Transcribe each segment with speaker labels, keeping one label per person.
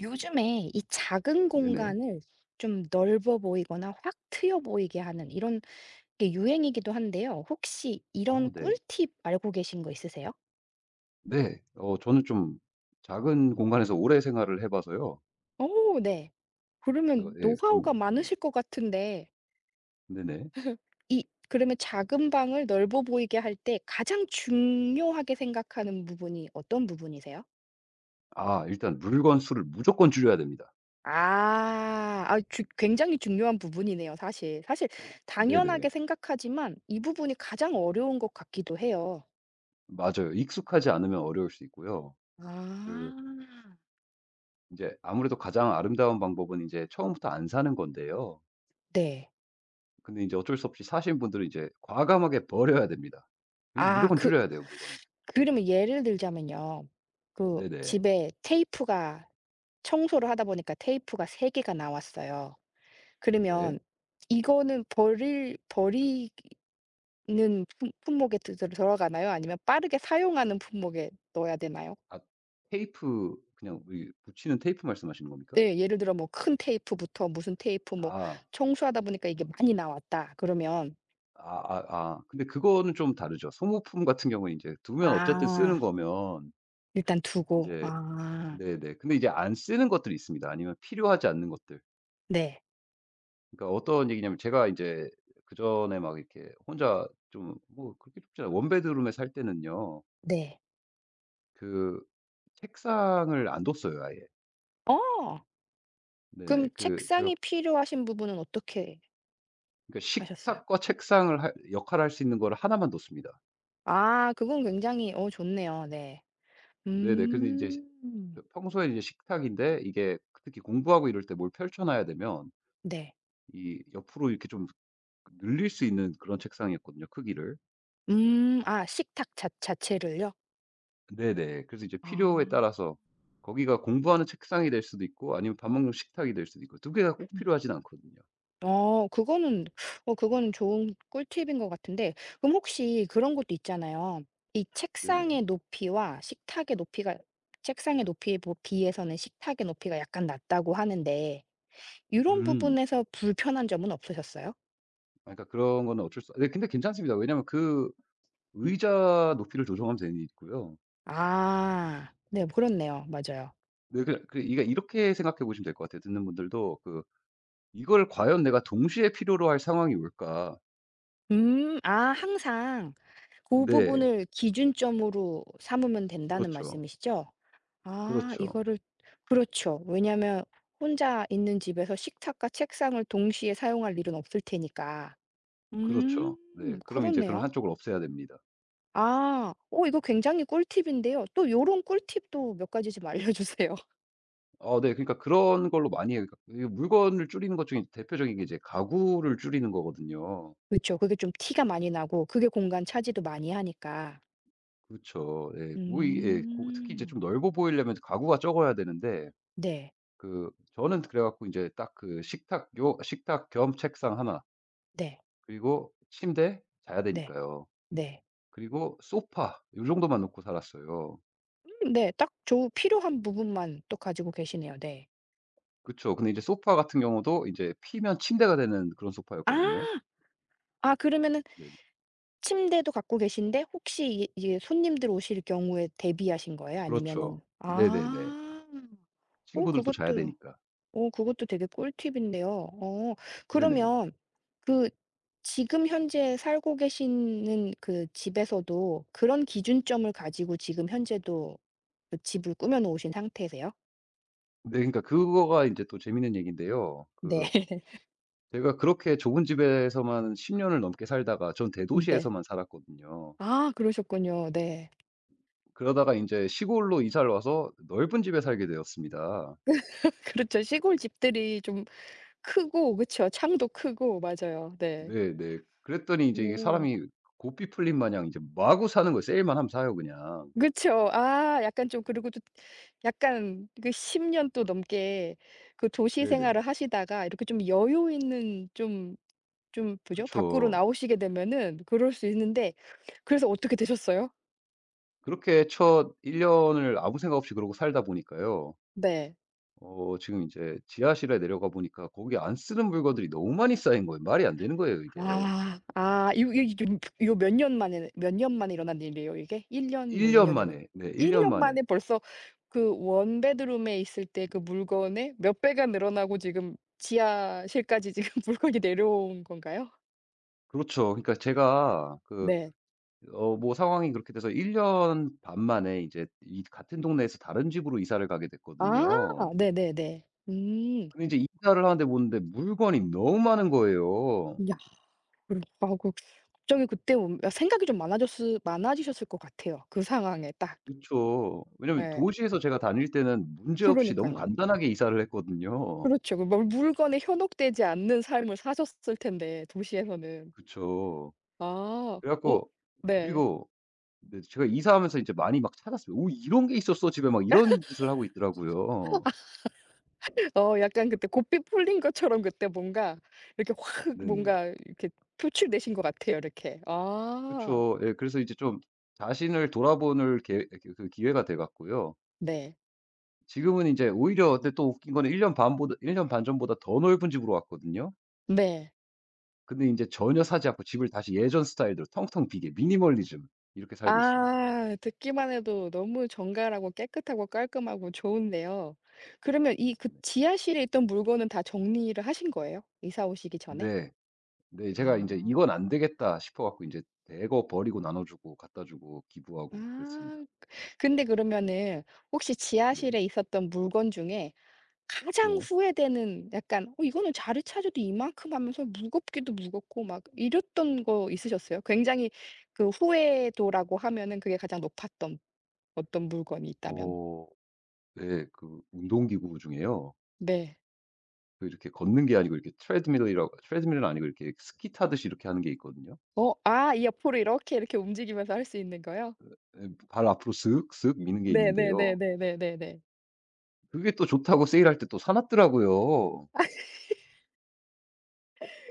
Speaker 1: 요즘에 이 작은
Speaker 2: 네네.
Speaker 1: 공간을 좀 넓어 보이거나 확 트여 보이게 하는 이런 게 유행이기도 한데요. 혹시
Speaker 2: 어
Speaker 1: 이런
Speaker 2: 네.
Speaker 1: 꿀팁 알고 계신 거 있으세요?
Speaker 2: 네. 저는 좀 작은 공간에서 오래 생활을 해 봐서요.
Speaker 1: 오, 네.
Speaker 2: 어
Speaker 1: 그러면
Speaker 2: 예 좀
Speaker 1: 노하우가
Speaker 2: 네
Speaker 1: 많으실 것 같은데
Speaker 2: 네네.
Speaker 1: 이 그러면 작은 방을 넓어 보이게 할 때 가장 중요하게 생각하는 부분이 어떤 부분이세요?
Speaker 2: 아 일단 물건 수를 무조건 줄여야 됩니다.
Speaker 1: 아. 아주 굉장히 중요한 부분이네요 사실. 사실
Speaker 2: 네네.
Speaker 1: 당연하게 생각하지만 이 부분이 가장 어려운 것 같기도 해요.
Speaker 2: 맞아요. 익숙하지 않으면 어려울 수 있고요. 그
Speaker 1: 아.
Speaker 2: 이제 아무래도 가장 아름다운 방법은 이제 처음부터 안 사는 건데요.
Speaker 1: 네.
Speaker 2: 근데 이제 어쩔 수 없이 사신 분들은 이제 과감하게 버려야 됩니다. 이
Speaker 1: 아
Speaker 2: 무조건
Speaker 1: 그
Speaker 2: 줄여야 돼요, 물건을.
Speaker 1: 그러면 예를 들자면요. 그
Speaker 2: 네네.
Speaker 1: 집에 테이프가 청소를 하다 보니까 테이프가 3 개가 나왔어요.
Speaker 2: 네.
Speaker 1: 그러면 이거는 버릴 버리는 품 품목에 드 들 들어가나요? 아니면 빠르게 사용하는 품목에 넣어야 되나요?
Speaker 2: 아 테이프 그냥 이 붙이는 테이프 말씀하시는 겁니까?
Speaker 1: 네. 예를 들어 뭐 큰 테이프부터 무슨 테이프, 뭐
Speaker 2: 아.
Speaker 1: 청소하다 보니까 이게 많이 나왔다. 그러면
Speaker 2: 아아아. 근데 그거는 좀 다르죠. 소모품 같은 경우는 인제 두면 어쨌든 쓰는
Speaker 1: 아,
Speaker 2: 거면
Speaker 1: 일단 두고
Speaker 2: 인제
Speaker 1: 아,
Speaker 2: 네네. 근데 이제 안 쓰는 것들이 있습니다. 아니면 필요하지 않는 것들.
Speaker 1: 네.
Speaker 2: 그러니까 어떤 얘기냐면 제가 인제 그전에 막 이렇게 혼자 좀 뭐 그렇게 좁지 않아요. 원 베드룸에 살 때는요.
Speaker 1: 네.
Speaker 2: 그 책상을 안 뒀어요 아예.
Speaker 1: 어. 그럼
Speaker 2: 네네. 그 제가
Speaker 1: 책상이 필요하신 부분은 어떻게
Speaker 2: 그러니까
Speaker 1: 하셨어요?
Speaker 2: 식탁과 책상을 할 역할을 할 수 있는 거를 하나만 뒀습니다.
Speaker 1: 아, 그건 굉장히 어 좋네요. 네.
Speaker 2: 네네. 근데 이제 시
Speaker 1: 음.
Speaker 2: 그 평소에 이제 식탁인데 이게 특히 공부하고 이럴 때 뭘 펼쳐 놔야 되면
Speaker 1: 네.
Speaker 2: 이 옆으로 이렇게 좀 늘릴 수 있는 그런 책상이었거든요, 크기를.
Speaker 1: 음. 아, 식탁 자 자체를요?
Speaker 2: 네네. 그래서 이제 필요에
Speaker 1: 아.
Speaker 2: 따라서 거기가 공부하는 책상이 될 수도 있고 아니면 밥 먹는 식탁이 될 수도 있고 두 개가 꼭
Speaker 1: 음.
Speaker 2: 필요하진 않거든요.
Speaker 1: 어 그거는 어 그거는 좋은 꿀팁인 것 같은데, 그럼 혹시 그런 것도 있잖아요. 이
Speaker 2: 네네.
Speaker 1: 책상의 높이와 식탁의 높이가 책상의 높이에 보 비해서는 식탁의 높이가 약간 낮다고 하는데 요런
Speaker 2: 음.
Speaker 1: 부분에서 불편한 점은 없으셨어요?
Speaker 2: 아 그러니까 그런 거는 어쩔 수 네 근데 괜찮습니다. 왜냐하면 그
Speaker 1: 음.
Speaker 2: 의자 높이를 조정하면 되니까요.
Speaker 1: 아, 네, 그렇네요. 맞아요.
Speaker 2: 네 그냥 그러니까 이렇게 생각해 보시면 될 것 같아요. 듣는 분들도 그 '이걸 과연 내가 동시에 필요로 할 상황이 올까?'
Speaker 1: 음. 아, 항상 고
Speaker 2: 네.
Speaker 1: 부분을 기준점으로 삼으면 된다는
Speaker 2: 그렇죠.
Speaker 1: 말씀이시죠? 아,
Speaker 2: 그렇죠.
Speaker 1: 이거를 그렇죠. 왜냐면 혼자 있는 집에서 식탁과 책상을 동시에 사용할 일은 없을 테니까. 음,
Speaker 2: 그렇죠. 네. 그럼 이제 그럼
Speaker 1: 그렇네요.
Speaker 2: 한쪽을 없애야 됩니다.
Speaker 1: 아. 어, 이거 굉장히 꿀팁인데요. 또 요런 꿀팁도 몇 가지 좀 알려주세요.
Speaker 2: 어 네. 그러니까 그런 걸로 많이 해요. 그러니까 이 물건을 줄이는 것 중에 대표적인 게 이제 가구를 줄이는 거거든요.
Speaker 1: 그쵸. 그게 좀 티가 많이 나고 그게 공간 차지도 많이 하니까.
Speaker 2: 그쵸. 예. 뭐 이 예 고 특히 이제
Speaker 1: 음.
Speaker 2: 좀 넓어 보이려면 가구가 적어야 되는데
Speaker 1: 네.
Speaker 2: 그 저는 그래 갖고 이제 딱 그 식탁 요 식탁 겸 책상 하나
Speaker 1: 네.
Speaker 2: 그리고 침대 자야
Speaker 1: 네.
Speaker 2: 되니까요.
Speaker 1: 네.
Speaker 2: 그리고 소파 요 정도만 놓고 살았어요.
Speaker 1: 네. 딱 좋 필요한 부분만 또 가지고 계시네요. 네.
Speaker 2: 그쵸. 근데 이제 소파 같은 경우도 이제 피면 침대가 되는 그런 소파였거든요.
Speaker 1: 아. 아, 그러면은
Speaker 2: 네네.
Speaker 1: 침대도 갖고 계신데 혹시 이게 이게 손님들 오실 경우에 대비하신 거예요?
Speaker 2: 그렇죠.
Speaker 1: 아니면은
Speaker 2: 네네네.
Speaker 1: 아. 어,
Speaker 2: 친구들도 자야
Speaker 1: 그것도
Speaker 2: 되니까.
Speaker 1: 어, 그것도 되게 꿀팁인데요. 어,
Speaker 2: 네네.
Speaker 1: 그러면 그 지금 현재 살고 계시는 그 집에서도 그런 기준점을 가지고 지금 현재도 그 집을 꾸며 놓으신 상태세요?
Speaker 2: 네. 그러니까 그거가 이제 또 재밌는 얘기인데요. 그
Speaker 1: 네.
Speaker 2: 제가 그렇게 좁은 집에서만 10 년을 넘게 살다가 전
Speaker 1: 네.
Speaker 2: 대도시에서만 살았거든요.
Speaker 1: 아, 그러셨군요. 네.
Speaker 2: 그러다가 인제 시골로 이사를 와서 넓은 집에 살게 되었습니다.
Speaker 1: 그렇죠. 시골 집들이 좀 크고 그쵸. 창도 크고 맞아요. 네.
Speaker 2: 네네. 그랬더니 이제 이게
Speaker 1: 오.
Speaker 2: 사람이 고삐 풀린 마냥 이제 마구 사는 거예요. 세일만 하면 사요 그냥.
Speaker 1: 그쵸. 아, 약간 좀
Speaker 2: 네.
Speaker 1: 그리고 또 약간 그 10년 또 넘게 그 도시 생활을
Speaker 2: 네네.
Speaker 1: 하시다가 이렇게 좀 여유 있는 좀 좀 뭐죠? 밖으로
Speaker 2: 그쵸.
Speaker 1: 나오시게 되면은 그럴 수 있는데 그래서 어떻게 되셨어요?
Speaker 2: 그렇게 첫 1 년을 아무 생각 없이 그러고 살다 보니까요.
Speaker 1: 네.
Speaker 2: 지금 인제 지하실에 내려가 보니까 거기 안 쓰는 물건들이 너무 많이 쌓인 거예요. 말이 안 되는 거예요 이게.
Speaker 1: 아. 아거이요요몇 년 만에 몇 년 만에 일어난 일이에요 이게? 1 년 뭐
Speaker 2: 1
Speaker 1: 2
Speaker 2: 년
Speaker 1: 년요로
Speaker 2: 만에. 네 1
Speaker 1: 1
Speaker 2: 년
Speaker 1: 년
Speaker 2: 만에.
Speaker 1: 만에 벌써 그 원베드룸에 있을 때 그 물건의 몇 배가 늘어나고 지금 지하실까지 지금 물건이 내려온 건가요?
Speaker 2: 그렇죠. 그러니까 제가 그
Speaker 1: 네.
Speaker 2: 어 뭐 상황이 그렇게 돼서 1년 반 만에 이제 이 같은 동네에서 다른 집으로 이사를 가게
Speaker 1: 아,
Speaker 2: 됐거든요.
Speaker 1: 네네네. 음.
Speaker 2: 근데 인제 이사를 하는데 보는데 물건이 너무 많은 거예요.
Speaker 1: 야 그럼 아이고 걱정이 그때 오- 아, 생각이 좀 많아졌을 많아지셨을 것 같아요 그 상황에 딱.
Speaker 2: 그쵸. 왜냐면
Speaker 1: 예.
Speaker 2: 도시에서 제가 다닐 때는 문제없이 너무
Speaker 1: 그러니깐요.
Speaker 2: 간단하게 이사를 했거든요.
Speaker 1: 그렇죠. 그 뭘 물건에 현혹되지 않는 삶을 사셨을 텐데 도시에서는.
Speaker 2: 그쵸.
Speaker 1: 아.
Speaker 2: 그래
Speaker 1: 오
Speaker 2: 갖고
Speaker 1: 네.
Speaker 2: 그리고 네 제가 이사하면서 이제 많이 막 찾았어요. '오 이런 게 있었어 집에.' 막 이런 짓을 하고 있더라고요.
Speaker 1: 어, 약간 그때 고삐 풀린 것처럼 그때 뭔가 이렇게 확
Speaker 2: 네네.
Speaker 1: 뭔가 이렇게 표출되신 것 같아요 이렇게. 아.
Speaker 2: 그쵸. 예 그래서 이제 좀 자신을 돌아보는 게, 그 기회가 돼 갖고요.
Speaker 1: 네.
Speaker 2: 지금은 인제 오히려 근데 또 웃긴 거는 1 년 반보다 일 년 반 전보다 더 넓은 집으로 왔거든요.
Speaker 1: 네.
Speaker 2: 근데 인제 전혀 사지 않고 집을 다시 예전 스타일대로 텅텅 비게 미니멀리즘 이렇게 살고 있습니다.
Speaker 1: 아, 듣기만 해도 너무 정갈하고 깨끗하고 깔끔하고 좋은데요. 그러면 이 그
Speaker 2: 네.
Speaker 1: 지하실에 있던 물건은 다 정리를 하신 거예요? 이사 오시기 전에?
Speaker 2: 네. 네 제가 인제
Speaker 1: 아.
Speaker 2: '이건 안 되겠다.' 싶어 갖고 인제 대거 버리고 나눠 주고 갖다 주고 기부하고 뭐 그랬습니다.
Speaker 1: 아. 근데 그러면은 혹시
Speaker 2: 네.
Speaker 1: 지하실에 있었던 물건 중에 가장
Speaker 2: 네.
Speaker 1: 후회되는 약간 '어 이거는 자리 차아도 이만큼 하면서 무겁기도 무겁고' 막 이랬던 거 있으셨어요? 굉장히 그 후회도라고 하면은 그게 가장 높았던 어떤 물건이 있다면.
Speaker 2: 어 네. 그 운동기구 중에요.
Speaker 1: 네.
Speaker 2: 그 이렇게 걷는 게 아니고 이렇게 트레드밀이라고 트레드밀은 아니고 이렇게 스키 타듯이 이렇게 하는 게 있거든요.
Speaker 1: 어 아, 이 옆으로 이렇게, 이렇게 움직이면서 할 수 있는 거요?
Speaker 2: 예 발 앞으로 슥슥 미는 게 있는데요.
Speaker 1: 네네네네네네네.
Speaker 2: 그게 또 좋다고 세일할 때 또 사 놨더라고요.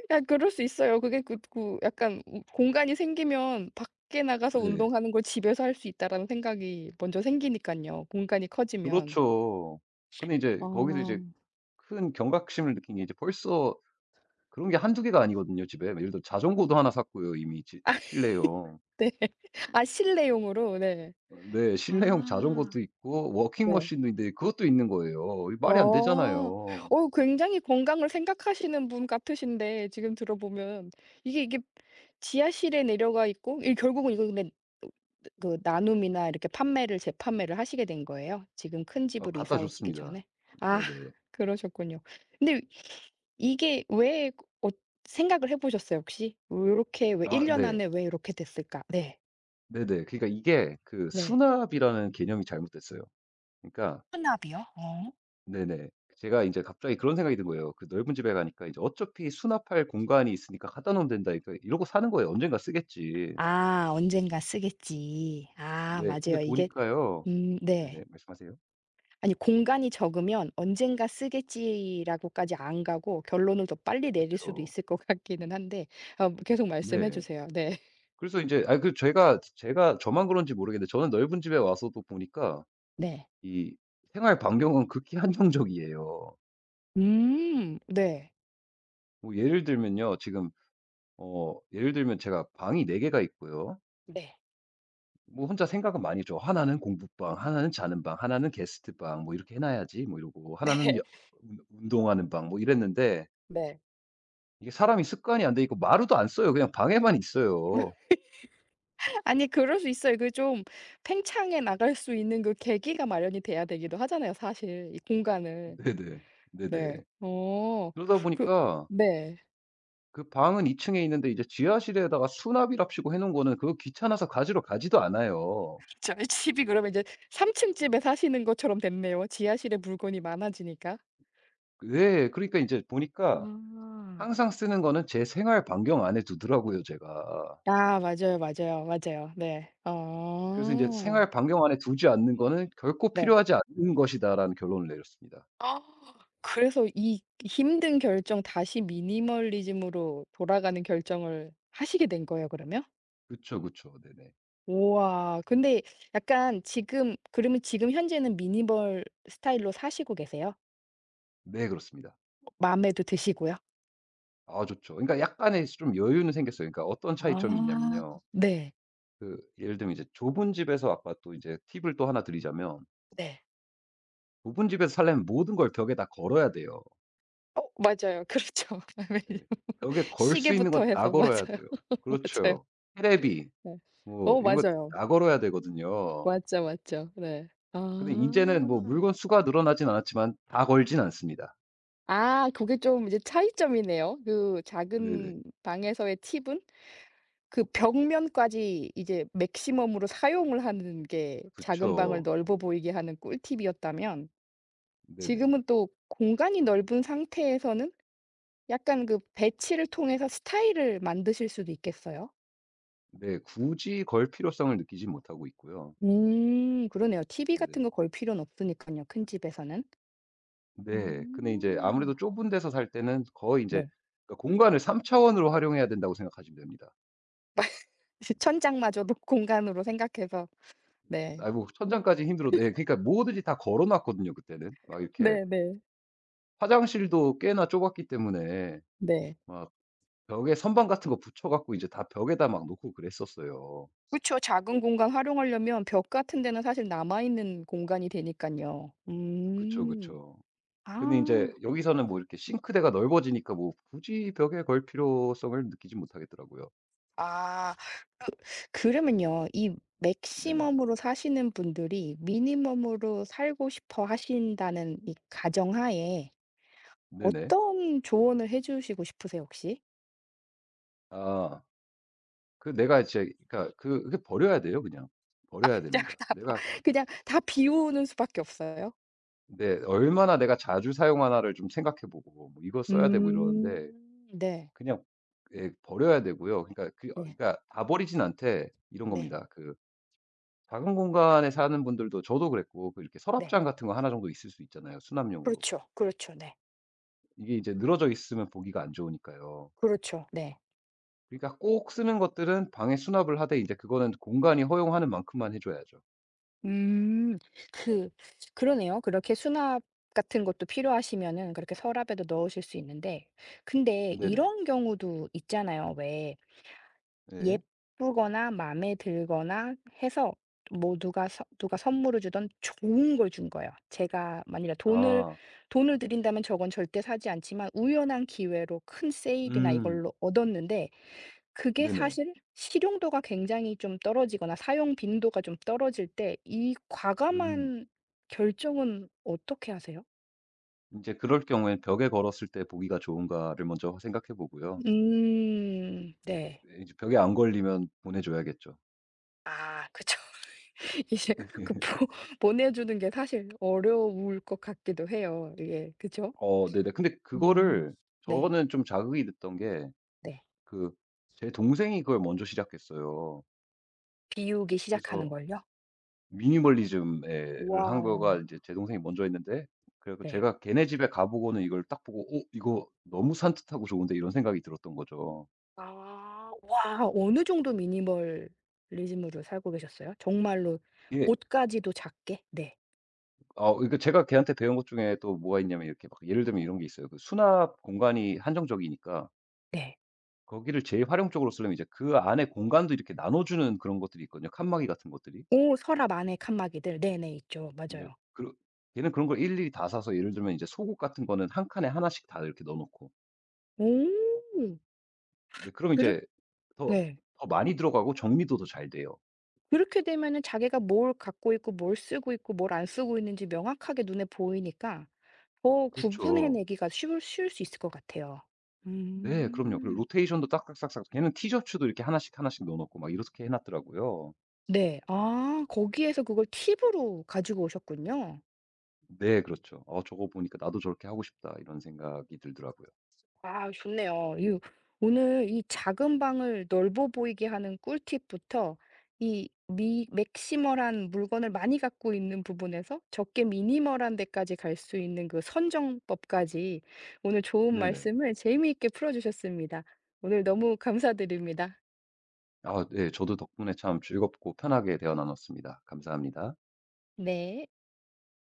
Speaker 1: 아, 그럴 수 있어요. 그게 그 그 약간 우- 공간이 생기면 밖에 나가서
Speaker 2: 네.
Speaker 1: 운동하는 걸 '집에서 할 수 있다.'라는 생각이 먼저 생기니까요 공간이 커지면.
Speaker 2: 그렇죠. 근데 이제 거기서
Speaker 1: 어.
Speaker 2: 이제 큰 경각심을 느낀 게 이제 벌써 그런 게 한두 개가 아니거든요, 집에. 예를 들어 자전거도 하나 샀고요, 이미 지 실내용.
Speaker 1: 네. 아, 실내용으로. 네.
Speaker 2: 어 네. 실내용
Speaker 1: 아.
Speaker 2: 자전거도 있고 워킹
Speaker 1: 네.
Speaker 2: 머신도 있는데 그것도 있는 거예요. 이 말이 안
Speaker 1: 어.
Speaker 2: 되잖아요.
Speaker 1: 어, 굉장히 건강을 생각하시는 분 같으신데 지금 들어보면 이게 지하실에 내려가 있고 이 결국은 이거 근데 그 나눔이나 이렇게 판매를 재판매를 하시게 된 거예요? 지금 큰
Speaker 2: 어
Speaker 1: 집으로
Speaker 2: 갖다
Speaker 1: 이사 오시기
Speaker 2: 줬습니다.
Speaker 1: 전에? 아
Speaker 2: 네네.
Speaker 1: 그러셨군요. 근데 이게 왜 어 생각을 해 보셨어요 혹시? 요렇게 왜 1
Speaker 2: 아
Speaker 1: 년
Speaker 2: 네.
Speaker 1: 안에 왜 이렇게 됐을까? 네.
Speaker 2: 네네. 그러니까 이게 그
Speaker 1: 네.
Speaker 2: 수납이라는 개념이 잘못됐어요. 그러니까
Speaker 1: 혼합이요? 어.
Speaker 2: 네네. 제가 인제 갑자기 그런 생각이 든 거예요. 그 넓은 집에 가니까 이제 '어차피 수납할 공간이 있으니까 갖다 놓으면 된다.' 그러니까 이러고 사는 거예요. '언젠가 쓰겠지.'
Speaker 1: 아, 언젠가 쓰겠지. 아,
Speaker 2: 네. 근데
Speaker 1: 맞아요. 이게
Speaker 2: 보니까요
Speaker 1: 음, 네.
Speaker 2: 네네. 말씀하세요.
Speaker 1: 아니 공간이 적으면 '언젠가 쓰겠지.'라고까지 안 가고 결론을 더 빨리 내릴 수도
Speaker 2: 그쵸.
Speaker 1: 있을 것 같기는 한데 어 계속 말씀해
Speaker 2: 네.
Speaker 1: 주세요. 네.
Speaker 2: 그래서 인제 아이 그 제가 저만 그런지 모르겠는데 저는 넓은 집에 와서도 보니까
Speaker 1: 네.
Speaker 2: 이 생활 반경은 극히 한정적이에요.
Speaker 1: 네.
Speaker 2: 뭐 예를 들면요. 지금 예를 들면 제가 방이 네 개가 있고요.
Speaker 1: 네.
Speaker 2: 뭐 혼자 생각은 많이 줘 '하나는 공부방, 하나는 자는 방, 하나는 게스트방 뭐 이렇게 해 놔야지.' 뭐 이러고 '하나는 여 운 운동하는 방.' 뭐 이랬는데
Speaker 1: 네. 네.
Speaker 2: 이게 사람이 습관이 안 돼 있고 마루도 안 써요. 그냥 방에만 있어요.
Speaker 1: 아니 그럴 수 있어요. 그 좀 팽창해 나갈 수 있는 그 계기가 마련이 돼야 되기도 하잖아요 사실 이 공간을.
Speaker 2: 네네. 네네.
Speaker 1: 네. 어
Speaker 2: 그러다
Speaker 1: 그
Speaker 2: 보니까
Speaker 1: 네.
Speaker 2: 그 방은 2 층에 있는데 이제 지하실에다가 수납이랍시고 해 놓은 거는 그거 귀찮아서 가지러 가지도 않아요.
Speaker 1: 저희 집이 그러면 이제 3층 집에 사시는 것처럼 됐네요. 지하실에 물건이 많아지니까.
Speaker 2: 네 그러니까 이제 보니까
Speaker 1: 아.
Speaker 2: 항상 쓰는 거는 제 생활 반경 안에 두더라고요 제가.
Speaker 1: 아 맞아요, 맞아요, 맞아요. 네.
Speaker 2: 그래서 인제
Speaker 1: 어.
Speaker 2: '생활 반경 안에 두지 않는 거는 결코
Speaker 1: 네.
Speaker 2: 필요하지 않는 것이다.'라는 결론을 내렸습니다.
Speaker 1: 아, 그래서 이 힘든 결정 다시 미니멀리즘으로 돌아가는 결정을 하시게 된 거예요 그러면?
Speaker 2: 그쵸, 그쵸. 네네.
Speaker 1: 우와. 근데 약간 지금 그러면 지금 현재는 미니멀 스타일로 사시고 계세요?
Speaker 2: 네 그렇습니다.
Speaker 1: 마음에도 드시고요?
Speaker 2: 아 좋죠. 그러니까 약간의 좀 여유는 생겼어요. 그러니까 어떤 차이점이
Speaker 1: 아.
Speaker 2: 있냐면요.
Speaker 1: 네.
Speaker 2: 그 예를 들면 이제 좁은 집에서 아까 또 이제 팁을 또 하나 드리자면
Speaker 1: 네.
Speaker 2: 좁은 집에서 살려면 모든 걸 벽에 다 걸어야 돼요.
Speaker 1: 어, 맞아요. 그렇죠.
Speaker 2: 예. 벽에 걸 수 있는
Speaker 1: 시계부터
Speaker 2: 건 다
Speaker 1: 해서
Speaker 2: 걸어야
Speaker 1: 맞아요.
Speaker 2: 돼요.
Speaker 1: 맞아요.
Speaker 2: 그렇죠. 테레비
Speaker 1: 네.
Speaker 2: 뭐
Speaker 1: 어,
Speaker 2: 이런 거
Speaker 1: 맞아요.
Speaker 2: 다 걸어야 되거든요.
Speaker 1: 맞죠, 맞죠. 네.
Speaker 2: 근데 인제는 뭐
Speaker 1: 아.
Speaker 2: 물건 수가 늘어나진 않았지만 다 걸진 않습니다.
Speaker 1: 아, 그게 좀 이제 차이점이네요. 그
Speaker 2: 네네.
Speaker 1: 작은 방에서의 팁은 그 벽면까지 이제 맥시멈으로 사용을 하는 게 작은 방을
Speaker 2: 그쵸.
Speaker 1: 넓어 보이게 하는 꿀팁이었다면
Speaker 2: 네네.
Speaker 1: 지금은 또 공간이 넓은 상태에서는 약간 그 배치를 통해서 스타일을 만드실 수도 있겠어요.
Speaker 2: 네. 굳이 걸 필요성을 느끼지 못하고 있고요.
Speaker 1: 음, 그러네요. TV
Speaker 2: 네네.
Speaker 1: 같은 거 걸 필요는 없으니까요 큰 집에서는.
Speaker 2: 네. 근데 이제
Speaker 1: 음.
Speaker 2: 아무래도 좁은 데서 살 때는 거의 인제
Speaker 1: 네.
Speaker 2: 그러니까 공간을 3 차원으로 활용해야 된다고 생각하시면 됩니다.
Speaker 1: 천장마저도 공간으로 생각해서. 네.
Speaker 2: 아이 뭐 천장까지 힘들어도 예 그러니까 뭐든지 다 걸어 놨거든요 그때는. 막 이렇게
Speaker 1: 네네. 네.
Speaker 2: 화장실도 꽤나 좁았기 때문에
Speaker 1: 네.
Speaker 2: 막 벽에 선반 같은 거 붙여 갖고 이제 다 벽에다 막 놓고 그랬었어요.
Speaker 1: 그쵸. 작은 공간 활용하려면 벽 같은 데는 사실 남아 있는 공간이 되니까요
Speaker 2: 그쵸, 그쵸. 근데
Speaker 1: 아.
Speaker 2: 인제 여기서는 뭐 이렇게 싱크대가 넓어지니까 뭐 굳이 벽에 걸 필요성을 느끼지 못하겠더라고요.
Speaker 1: 아. 그 그러면요. 이
Speaker 2: 네네.
Speaker 1: 맥시멈으로 사시는 분들이 미니멈으로 살고 싶어 하신다는 이 가정하에
Speaker 2: 네네.
Speaker 1: 어떤 조언을 해 주시고 싶으세요 혹시?
Speaker 2: 아 그 내가 이제 그러니까 그 그게 버려야 돼요 그냥.
Speaker 1: 아,
Speaker 2: 버려야
Speaker 1: 그냥
Speaker 2: 됩니다.
Speaker 1: 다
Speaker 2: 내가
Speaker 1: 그냥 다 비우는 수밖에 없어요?
Speaker 2: 근 얼마나 내가 자주 사용하나를 좀 생각해 보고 뭐 이거 써야 되고
Speaker 1: 음.
Speaker 2: 이러는데
Speaker 1: 네.
Speaker 2: 그냥 예 버려야 되고요. 그러니까
Speaker 1: 네.
Speaker 2: 그러니까 다 버리진 않되 이런
Speaker 1: 네.
Speaker 2: 겁니다. 그 작은 공간에 사는 분들도 저도 그랬고 그 이렇게
Speaker 1: 네.
Speaker 2: 서랍장 같은 거 하나 정도 있을 수 있잖아요 수납용으로.
Speaker 1: 그렇죠. 그렇죠. 네.
Speaker 2: 이게 이제 늘어져 있으면 보기가 안 좋으니까요.
Speaker 1: 그렇죠. 네.
Speaker 2: 그러니까 꼭 쓰는 것들은 방에 수납을 하되 이제 그거는 공간이 허용하는 만큼만 해 줘야죠.
Speaker 1: 음. 그 그러네요. 그렇게 수납 같은 것도 필요하시면은 그렇게 서랍에도 넣으실 수 있는데 근데
Speaker 2: 네네.
Speaker 1: 이런 경우도 있잖아요. 왜
Speaker 2: 네.
Speaker 1: 예쁘거나 마음에 들거나 해서 뭐 누가 서 누가 선물을 주던 좋은 걸 준 거예요. 제가 만일에 돈을
Speaker 2: 아.
Speaker 1: 돈을 들인다면 저건 절대 사지 않지만 우연한 기회로 큰 세일이나
Speaker 2: 음.
Speaker 1: 이걸로 얻었는데 그게
Speaker 2: 네네.
Speaker 1: 사실 실용도가 굉장히 좀 떨어지거나 사용 빈도가 좀 떨어질 때 이
Speaker 2: 음.
Speaker 1: 과감한 결정은 어떻게 하세요?
Speaker 2: 이제 그럴 경우엔 벽에 걸었을 때 보기가 좋은가를 먼저 생각해 보고요.
Speaker 1: 음. 네.
Speaker 2: 예 이제 벽에 안 걸리면 보내 줘야겠죠.
Speaker 1: 아 그쵸. 이제 그 보 보내주는 게 사실 어려울 것 같기도 해요. 이게 그죠?
Speaker 2: 어 네네. 근데
Speaker 1: 음.
Speaker 2: 그거를
Speaker 1: 네.
Speaker 2: 저는 좀 자극이 됐던 게
Speaker 1: 네.
Speaker 2: 그 제 동생이 그걸 먼저 시작했어요.
Speaker 1: 비우기 시작하는
Speaker 2: 그래서
Speaker 1: 걸요?
Speaker 2: 미니멀리즘에를 한
Speaker 1: 와.
Speaker 2: 거가 이제 제 동생이 먼저 했는데 그래 서
Speaker 1: 네.
Speaker 2: 제가 걔네 집에 가 보고는 이걸 딱 보고 '어 이거 너무 산뜻하고 좋은데.' 이런 생각이 들었던 거죠.
Speaker 1: 아. 와, 어느 정도 미니멀리즘으로 살고 계셨어요? 정말로
Speaker 2: 이게
Speaker 1: 옷까지도 작게? 네.
Speaker 2: 그러니까 제가 걔한테 배운 것 중에 또 뭐가 있냐면 이렇게 막 예를 들면 이런 게 있어요. 그 수납 공간이 한정적이니까
Speaker 1: 네.
Speaker 2: 거기를 재활용적으로 쓰려면 이제 그 안에 공간도 이렇게 나눠 주는 그런 것들이 있거든요, 칸막이 같은 것들이.
Speaker 1: 오, 서랍 안에 칸막이들. 네네. 있죠.
Speaker 2: 근데
Speaker 1: 맞아요.
Speaker 2: 그런 걔는 그런 걸 일일이 다 사서 예를 들면 이제 속옷 같은 거는 한 칸에 하나씩 다 이렇게 넣어 놓고.
Speaker 1: 오.
Speaker 2: 근데 그럼
Speaker 1: 그렇
Speaker 2: 이제 더
Speaker 1: 네.
Speaker 2: 더 많이 들어가고 정리도 더 잘 돼요.
Speaker 1: 그렇게 되면은 자기가 뭘 갖고 있고 뭘 쓰고 있고 뭘 안 쓰고 있는지 명확하게 눈에 보이니까 어
Speaker 2: 그쵸.
Speaker 1: 구분해내기가 쉬울 수 있을 것 같아요.
Speaker 2: 네 그럼요. 그리고
Speaker 1: 음.
Speaker 2: 로테이션도 딱딱딱딱 걔는 티셔츠도 이렇게 하나씩 하나씩 넣어 놓고 막 이렇게 해 놨더라고요.
Speaker 1: 네. 아, 거기에서 그걸 팁으로 가지고 오셨군요.
Speaker 2: 네 그렇죠. '어 저거 보니까 나도 저렇게 하고 싶다.' 이런 생각이 들더라고요.
Speaker 1: 아 좋네요. 이 오늘 이 작은 방을 넓어 보이게 하는 꿀팁부터 이 미 맥시멀한 물건을 많이 갖고 있는 부분에서 적게 미니멀한 데까지 갈 수 있는 그 선정법까지 오늘 좋은
Speaker 2: 네네.
Speaker 1: 말씀을 재미있게 풀어주셨습니다. 오늘 너무 감사드립니다.
Speaker 2: 아 네. 저도 덕분에 참 즐겁고 편하게 대화 나눴습니다. 감사합니다.
Speaker 1: 네.